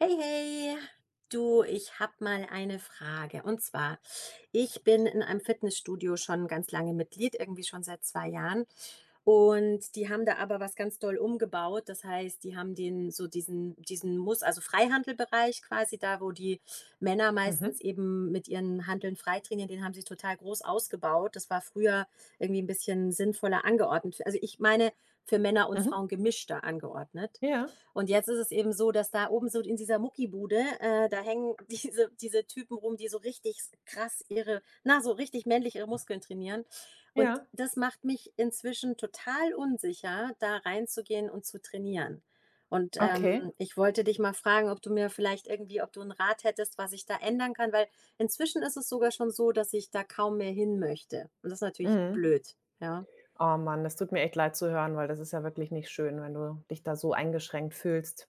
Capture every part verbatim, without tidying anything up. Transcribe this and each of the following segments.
Hey, hey. Du, ich habe mal eine Frage. Und zwar, ich bin in einem Fitnessstudio schon ganz lange Mitglied, irgendwie schon seit zwei Jahren. Und die haben da aber was ganz doll umgebaut. Das heißt, die haben den so diesen, diesen Muss, also Freihandelbereich quasi, da wo die Männer Mhm, meistens eben mit ihren Handeln frei trainieren, den haben sie total groß ausgebaut. Das war früher irgendwie ein bisschen sinnvoller angeordnet. Also ich meine, für Männer und mhm. Frauen gemischter angeordnet. Ja, Und jetzt ist es eben so, dass da oben so in dieser Muckibude, äh, da hängen diese diese Typen rum, die so richtig krass ihre na, so richtig männlich ihre Muskeln trainieren. Und ja, das macht mich inzwischen total unsicher, da reinzugehen und zu trainieren. Und, okay. ähm, ich wollte dich mal fragen, ob du mir vielleicht irgendwie ob du einen Rat hättest, was ich da ändern kann, weil inzwischen ist es sogar schon so, dass ich da kaum mehr hin möchte. Und das ist natürlich Mhm. blöd, ja. Oh Mann, das tut mir echt leid zu hören, weil das ist ja wirklich nicht schön, wenn du dich da so eingeschränkt fühlst.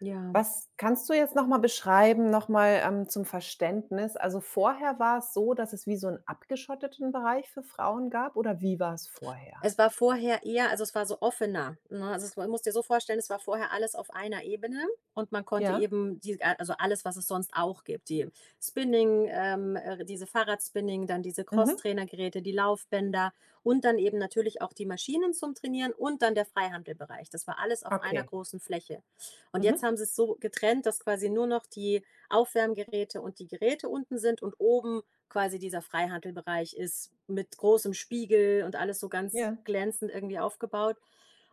Ja. Was kannst du jetzt noch mal beschreiben, noch mal, ähm, zum Verständnis? Also, vorher war es so, dass es wie so 'n abgeschotteten Bereich für Frauen gab oder wie war es vorher? Es war vorher eher also, es war so offener, ne? Also, es war musst dir so vorstellen, es war vorher alles auf einer Ebene und man konnte Ja, eben die also, alles, was es sonst auch gibt, die Spinning, ähm, äh, diese Fahrradspinning, dann diese cross mhm, Crosstrainergeräte, die Laufbänder und dann eben natürlich auch die Maschinen zum Trainieren und dann der Freihandelbereich. Das war alles auf einer okay. großen Fläche. Und jetzt Mhm, haben sie es so getrennt, dass quasi nur noch die Aufwärmgeräte und die Geräte unten sind und oben quasi dieser Freihandelbereich ist mit großem Spiegel und alles so ganz ja, glänzend irgendwie aufgebaut.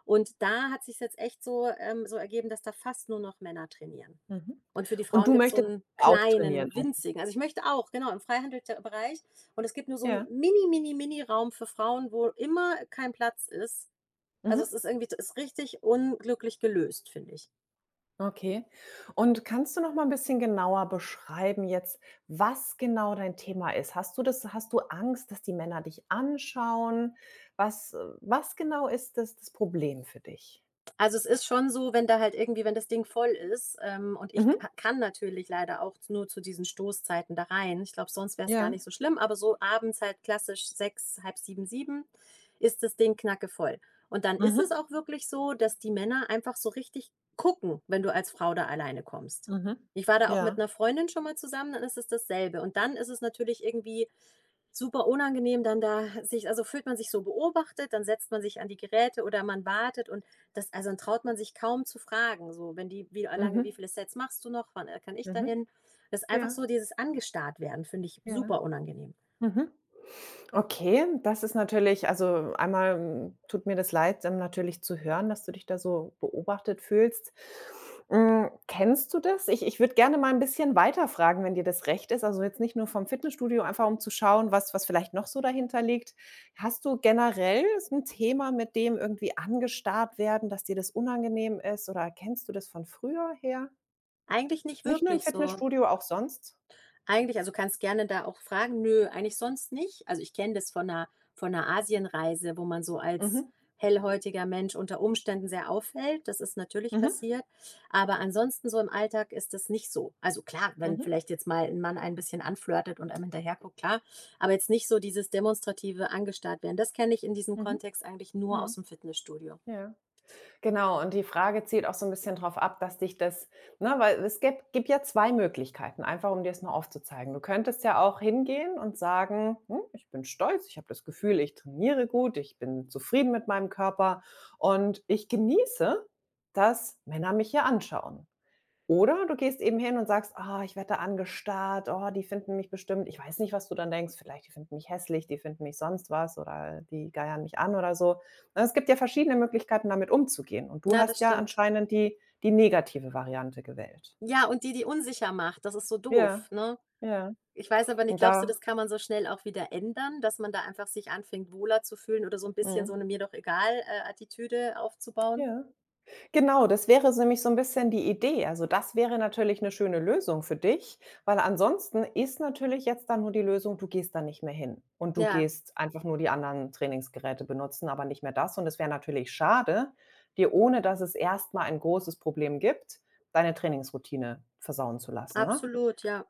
Und da hat sich jetzt echt so, ähm so ergeben, dass da fast nur noch Männer trainieren. mhm. Und für die Und Frauen du gibt es so möchtest einen auch trainieren, kleinen, also winzigen also, ich möchte auch, genau, im Freihandelbereich und es gibt nur so einen ja, mini, mini, Mini-Raum für Frauen, wo immer kein Platz ist. Also, es mhm. ist irgendwie es ist richtig unglücklich gelöst, finde ich. Okay. Und kannst du noch mal ein bisschen genauer beschreiben jetzt, was genau dein Thema ist? Hast du das hast du Angst, dass die Männer dich anschauen? Was äh, was genau ist das das Problem für dich? Also, es ist schon so, wenn da halt irgendwie wenn das Ding voll ist, ähm, und ich Mhm. ka kann natürlich leider auch nur zu diesen Stoßzeiten da rein. Ich glaube, sonst wäre es gar Ja. nicht so schlimm, aber so abends halt klassisch sechs halb sieben sieben ist das Ding knackevoll. Und dann ist Mhm. es auch wirklich so, dass die Männer einfach so richtig gucken, wenn du als Frau da alleine kommst. Mhm. Ich war da auch mit Ja. einer Freundin schon mal zusammen, dann ist es dasselbe. Und dann ist es natürlich irgendwie super unangenehm dann da sich also fühlt man sich so beobachtet, dann setzt man sich an die Geräte oder man wartet und das also, dann traut man sich kaum zu fragen, so wenn die wie lange wie Mhm. viele Sets machst du noch? Wann, äh, kann ich Mhm. dahin? Das ist einfach Ja. so dieses Angestarrt werden, finde ich Ja. Ja. super unangenehm. Mhm. Okay, das ist natürlich also einmal, hm, tut mir das leid, ähm, natürlich zu hören, dass du dich da so beobachtet fühlst. Hm, kennst du das? Ich ich würde gerne mal ein bisschen weiter fragen, wenn dir das recht ist. Also, jetzt nicht nur vom Fitnessstudio, einfach um zu schauen, was was vielleicht noch so dahinter liegt. Hast du generell so 'n Thema, mit dem irgendwie angestarrt werden, dass dir das unangenehm ist oder kennst du das von früher her? Eigentlich nicht Nicht nur im wirklich so. Fitnessstudio, auch sonst? Eigentlich also, kannst gerne da auch fragen: „Nö, eigentlich sonst nicht.“ Also, ich kenne das von einer, von einer Asienreise, wo man so als Mhm. hellhäutiger Mensch unter Umständen sehr auffällt. Das ist natürlich Mhm. passiert, aber ansonsten so im Alltag ist das nicht so. Also, klar, wenn Mhm. vielleicht jetzt mal ein Mann ein bisschen anflirtet und einem hinterherguckt, klar, aber jetzt nicht so dieses demonstrative angestarrt werden. Das kenne ich in diesem Mhm. Kontext eigentlich Mhm. nur aus Mhm. dem Fitnessstudio. Ja. Genau, und die Frage zielt auch so ein bisschen darauf ab, dass dich das ne, weil es gäb gibt ja zwei Möglichkeiten, einfach um dir es mal aufzuzeigen. Du könntest ja auch hingehen und sagen: „Hm, ich bin stolz, ich habe das Gefühl, ich trainiere gut, ich bin zufrieden mit meinem Körper und ich genieße, dass Männer mich hier anschauen.“ Oder du gehst eben hin und sagst: „Ah, ich werde da angestarrt. Oh, die finden mich bestimmt“, ich weiß nicht, was du dann denkst, vielleicht: „Die finden mich hässlich, die finden mich sonst was oder die geiern mich an“ oder so. Ne, es gibt ja verschiedene Möglichkeiten, damit umzugehen und du Na, hast das ja stimmt. anscheinend die die negative Variante gewählt. Ja, und die, die unsicher macht, das ist so Ja, doof, ne? ja. Ich weiß aber nicht, Und glaubst du, da das kann man so schnell auch wieder ändern, dass man da einfach sich anfängt, wohler zu fühlen oder so ein bisschen mhm, so eine „Mir doch egal“, äh, Attitüde aufzubauen? ja. Genau, das wäre so nämlich so ein bisschen die Idee. Also, das wäre natürlich 'ne schöne Lösung für dich, weil ansonsten ist natürlich jetzt dann nur die Lösung, du gehst da nicht mehr hin und du Ja, gehst einfach nur die anderen Trainingsgeräte benutzen, aber nicht mehr das. Und es wäre natürlich schade, dir, ohne dass es erst mal ein großes Problem gibt, deine Trainingsroutine versauen zu lassen, ne? absolut, ja.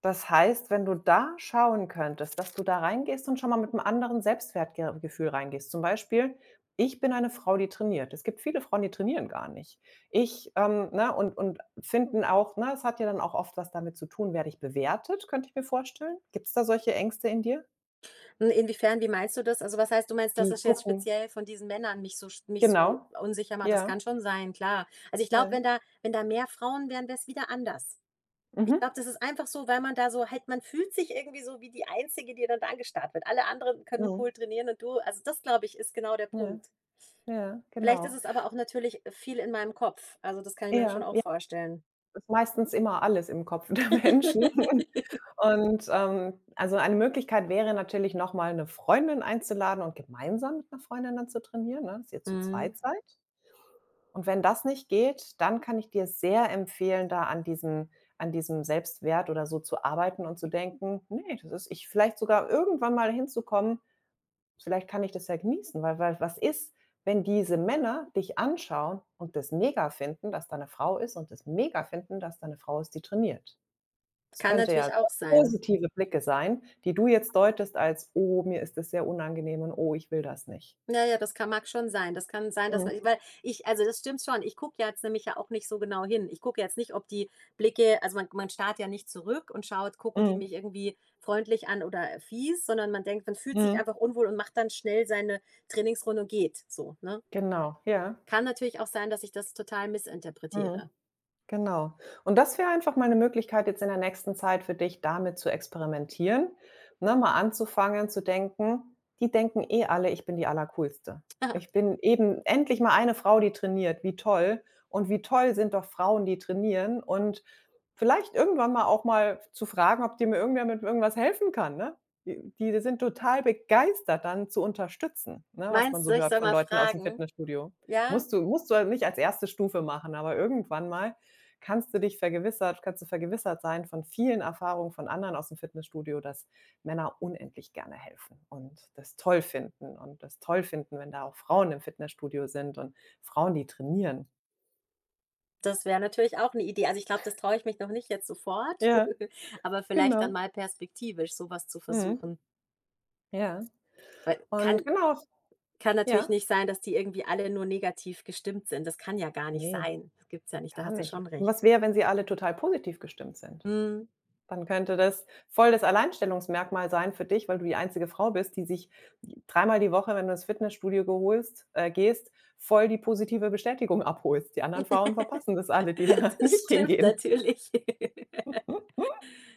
Das heißt, wenn du da schauen könntest, dass du da reingehst und schon mal mit einem anderen Selbstwertgefühl reingehst. Zum Beispiel: „Ich bin eine Frau, die trainiert.“ Es gibt viele Frauen, die trainieren gar nicht. Ich, ähm, ne und und finden auch ne, es hat ja dann auch oft was damit zu tun, werde ich bewertet, könnte ich mir vorstellen. Gibt es da solche Ängste in dir? Und inwiefern, wie meinst du das? Also, was heißt, du meinst, dass Die es jetzt gucken speziell von diesen Männern mich so mich so genau. unsicher macht? Das Ja, kann schon sein, klar. Also, ich glaube, ja. wenn da wenn da mehr Frauen wären, wäre es wieder anders. Ich Mhm. glaube, das ist einfach so, weil man da so halt man fühlt sich irgendwie so wie die Einzige, die dann da angestarrt wird. Alle anderen können Mhm. cool trainieren und du also, das, glaube ich, ist genau der Ja, Punkt. ja, Vielleicht ist genau. es aber auch natürlich viel in meinem Kopf. Also, das kann ich mir schon Ja, auch ja, vorstellen. ist meistens immer alles im Kopf der Menschen. Und, ähm, also eine Möglichkeit wäre natürlich, noch mal 'ne Freundin einzuladen und gemeinsam mit einer Freundin dann zu trainieren, ne, dass ihr zu Mhm. zweit seid. Und wenn das nicht geht, dann kann ich dir sehr empfehlen, da an diesem an diesem Selbstwert oder so zu arbeiten und zu denken: nee, das ist“, ich vielleicht sogar irgendwann mal hinzukommen, vielleicht kann ich das ja genießen, weil weil was ist, wenn diese Männer dich anschauen und das mega finden, dass da 'ne Frau ist und das mega finden, dass da 'ne Frau ist, die trainiert? Das Kann könnte ja natürlich sehr auch sein. positive Blicke sein, die du jetzt deutest als: „Oh, mir ist das sehr unangenehm und oh, ich will das nicht.“ Ja, ja, das kann mag schon sein. Das kann sein, dass Mhm. man weil ich also, das stimmt schon. Ich gucke ja jetzt nämlich ja auch nicht so genau hin. Ich gucke jetzt nicht, ob die Blicke also, man man starrt ja nicht zurück und schaut, gucken die Mhm. mich irgendwie freundlich an oder fies, sondern man denkt man fühlt sich Mhm. einfach unwohl und macht dann schnell seine Trainingsrunde und geht so, ne? Genau, ja. Kann natürlich auch sein, dass ich das total Mhm. missinterpretiere. Genau. Und das wäre einfach mal 'ne Möglichkeit jetzt in der nächsten Zeit für dich, damit zu experimentieren, ne, mal anzufangen zu denken: „Die denken eh alle, ich bin die Allercoolste. Ich bin eben endlich mal eine Frau, die trainiert. Wie toll. Und wie toll sind doch Frauen, die trainieren.“ Und vielleicht irgendwann mal auch mal zu fragen, ob dir mir irgendwer mit irgendwas helfen kann, ne? Die die sind total begeistert, dann zu unterstützen, ne, was man Meinst du, so ich hört soll von mal Leuten aus dem fragen? Fitnessstudio. Ja, Musst du musst du halt nicht als erste Stufe machen, aber irgendwann mal Kannst du dich vergewissert kannst du vergewissert sein von vielen Erfahrungen von anderen aus dem Fitnessstudio, dass Männer unendlich gerne helfen und das toll finden und das toll finden, wenn da auch Frauen im Fitnessstudio sind und Frauen, die trainieren. das wäre natürlich auch 'ne Idee. Also, ich glaube, das traue ich mich noch nicht jetzt sofort, Ja, aber vielleicht dann genau. mal perspektivisch sowas zu Mhm. versuchen. Ja. Weil Und kann genau kann natürlich ja. nicht sein, dass die irgendwie alle nur negativ gestimmt sind. Das kann ja gar nicht Ne, sein. Das gibt's ja nicht, da gar hast du nicht. schon Und recht. was wäre, wenn sie alle total positiv gestimmt sind? Mhm. Dann könnte das voll das Alleinstellungsmerkmal sein für dich, weil du die einzige Frau bist, die sich dreimal die Woche, wenn du ins Fitnessstudio geholst äh, gehst, voll die positive Bestätigung abholst. Die anderen Frauen verpassen das alle, die da Das nicht stimmt hingehen. natürlich.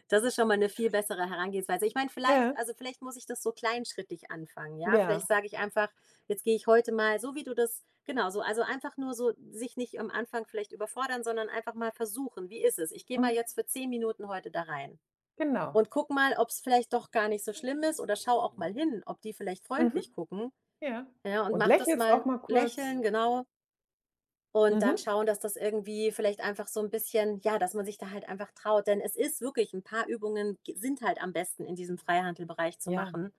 Das ist schon mal eine viel bessere Herangehensweise. Ich meine, Ja, vielleicht also, vielleicht muss ich das so kleinschrittig anfangen, ja? Vielleicht ja, sage ich einfach: „Jetzt gehe ich heute mal“, so wie du das genau so also, einfach nur so sich nicht am Anfang vielleicht überfordern, sondern einfach mal versuchen: „Wie ist es? Ich gehe mal mhm, jetzt für zehn Minuten heute da rein genau. und guck mal, ob es vielleicht doch gar nicht so schlimm ist oder schau auch mal hin, ob die vielleicht Mhm, freundlich gucken“, ja. ja? Und Und mach das lächelst auch mal mal kurz. lächeln, genau. Und dann Mhm, schauen, dass das irgendwie vielleicht einfach so ein bisschen ja, dass man sich da halt einfach traut. Denn es ist wirklich ein paar Übungen g sind halt am besten in diesem Freihandelbereich zu ja, machen.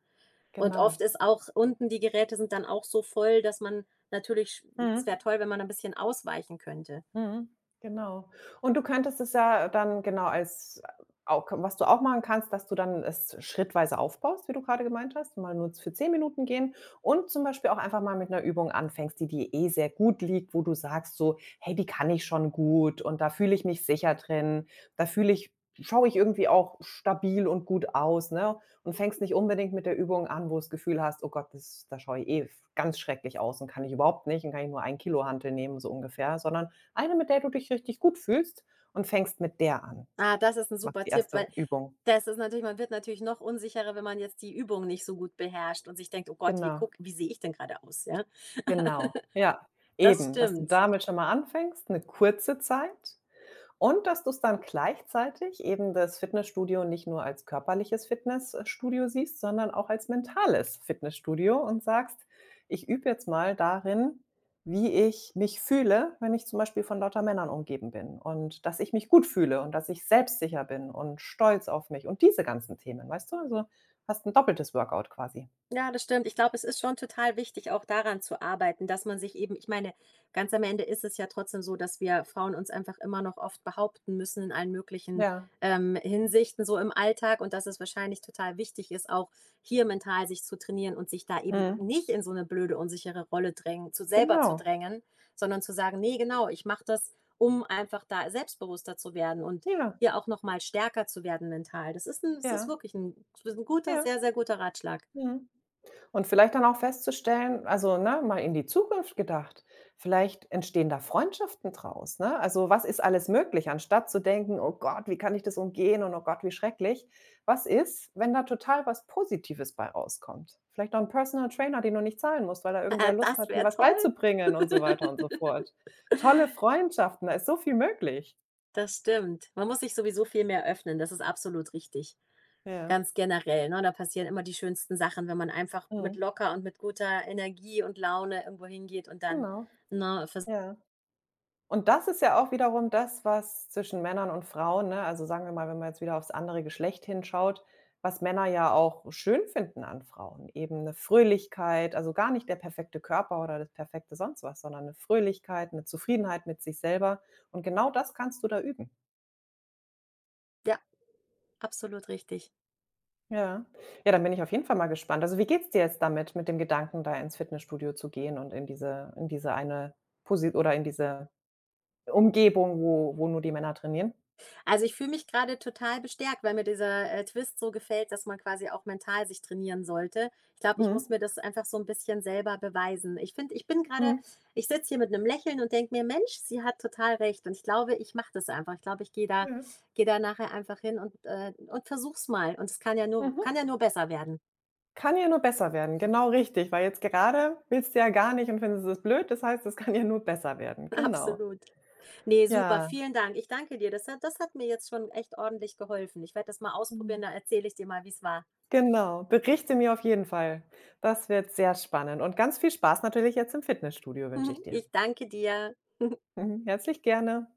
Und oft genau. ist auch unten die Geräte sind dann auch so voll, dass man natürlich sch es wäre Mhm. toll, wenn man ein bisschen ausweichen könnte. Mhm, genau. Und du könntest es ja dann genau als auch was du auch machen kannst, dass du dann es schrittweise aufbaust, wie du gerade gemeint hast, mal nur für zehn Minuten gehen und zum Beispiel auch einfach mal mit einer Übung anfängst, die dir eh sehr gut liegt, wo du sagst so: „Hey, die kann ich schon gut und da fühle ich mich sicher drin. Da fühle ich schaue ich irgendwie auch stabil und gut aus“, ne? Und fängst nicht unbedingt mit der Übung an, wo du das Gefühl hast: „Oh Gott, das da schaue ich eh ganz schrecklich aus und kann ich überhaupt nicht und kann ich nur ein Kilo Hantel nehmen“, so ungefähr, sondern eine, mit der du dich richtig gut fühlst und fängst mit der an. Ah, das ist ein Machst super die Tipp, erste weil Übung. das ist natürlich man wird natürlich noch unsicherer, wenn man jetzt die Übung nicht so gut beherrscht und sich denkt: „Oh Gott, wie Genau, guck wie sehe ich denn gerade aus?“, ja? genau. Ja, Das eben, dass du stimmt. damit schon mal anfängst, 'ne kurze Zeit Und dass du es dann gleichzeitig eben das Fitnessstudio nicht nur als körperliches Fitnessstudio siehst, sondern auch als mentales Fitnessstudio und sagst: „Ich übe jetzt mal darin, wie ich mich fühle, wenn ich zum Beispiel von lauter Männern umgeben bin und dass ich mich gut fühle und dass ich selbstsicher bin und stolz auf mich“ und diese ganzen Themen, weißt du? Also, hast ein doppeltes Workout quasi. Ja, das stimmt. Ich glaube, es ist schon total wichtig, auch daran zu arbeiten, dass man sich eben ich meine, ganz am Ende ist es ja trotzdem so, dass wir Frauen uns einfach immer noch oft behaupten müssen in allen möglichen, Ja, ähm, Hinsichten so im Alltag und dass es wahrscheinlich total wichtig ist, auch hier mental sich zu trainieren und sich da eben mhm, nicht in so eine blöde, unsichere Rolle drängen zu selber zu genau. drängen, sondern zu sagen: nee, genau, ich mache das, um einfach da selbstbewusster zu werden und Ja, hier auch noch mal stärker zu werden mental.“ Das ist ein, das ist ja, wirklich 'n 'n guter, ja, sehr, sehr guter Ratschlag. mhm. Und vielleicht dann auch festzustellen also, ne, mal in die Zukunft gedacht, vielleicht entstehen da Freundschaften draus, ne? Also, was ist alles möglich, anstatt zu denken: „Oh Gott, wie kann ich das umgehen und oh Gott, wie schrecklich.“ Was ist, wenn da total was Positives bei rauskommt? Vielleicht noch ein Personal Trainer, den du nicht zahlen musst, weil da Ah, irgendwer Lust das hat, dir wäre was toll. beizubringen und so weiter und so fort. Tolle Freundschaften, da ist so viel möglich. Das stimmt. Man muss sich sowieso viel mehr öffnen, das ist absolut richtig. Ja. Ganz generell, ne? Da passieren immer die schönsten Sachen, wenn man einfach mit Mhm. locker und mit guter Energie und Laune irgendwo hingeht und dann, Genau, ne, vers ja. Und das ist ja auch wiederum das, was zwischen Männern und Frauen, ne, also sagen wir mal, wenn man jetzt wieder aufs andere Geschlecht hinschaut, was Männer ja auch schön finden an Frauen, eben eine Fröhlichkeit, also gar nicht der perfekte Körper oder das perfekte sonst was, sondern eine Fröhlichkeit, eine Zufriedenheit mit sich selber. Und genau das kannst du da üben. ja, absolut richtig. Ja. Ja, dann bin ich auf jeden Fall mal gespannt. Also, wie geht's dir jetzt damit, mit dem Gedanken, da ins Fitnessstudio zu gehen und in diese in diese eine Posi oder in diese Umgebung, wo wo nur die Männer trainieren? Also, ich fühle mich gerade total bestärkt, weil mir dieser, äh, Twist so gefällt, dass man quasi auch mental sich trainieren sollte. Ich glaube, ich muss Mhm. mir das einfach so ein bisschen selber beweisen. Ich finde ich bin gerade, Mhm. ich sitze hier mit einem Lächeln und denke mir: „Mensch, sie hat total recht.“ Und ich glaube, ich mache das einfach. Ich glaube, ich gehe da Ja. gehe da nachher einfach hin und, äh und versuch's mal. Und es kann ja nur Mhm. kann ja nur besser werden. Kann ja nur besser werden, genau richtig, weil jetzt gerade willst du ja gar nicht und findest es blöd, das heißt, es kann ja nur besser werden, genau. Absolut. Ne, super, Ja, vielen Dank. Ich danke dir. Das hat das hat mir jetzt schon echt ordentlich geholfen. Ich werde das mal ausprobieren, mhm. da erzähle ich dir mal, wie's war. Genau, berichte mir auf jeden Fall. Das wird sehr spannend und ganz viel Spaß natürlich jetzt im Fitnessstudio wünsche ich dir. Ich danke dir. Mhm, herzlich gerne.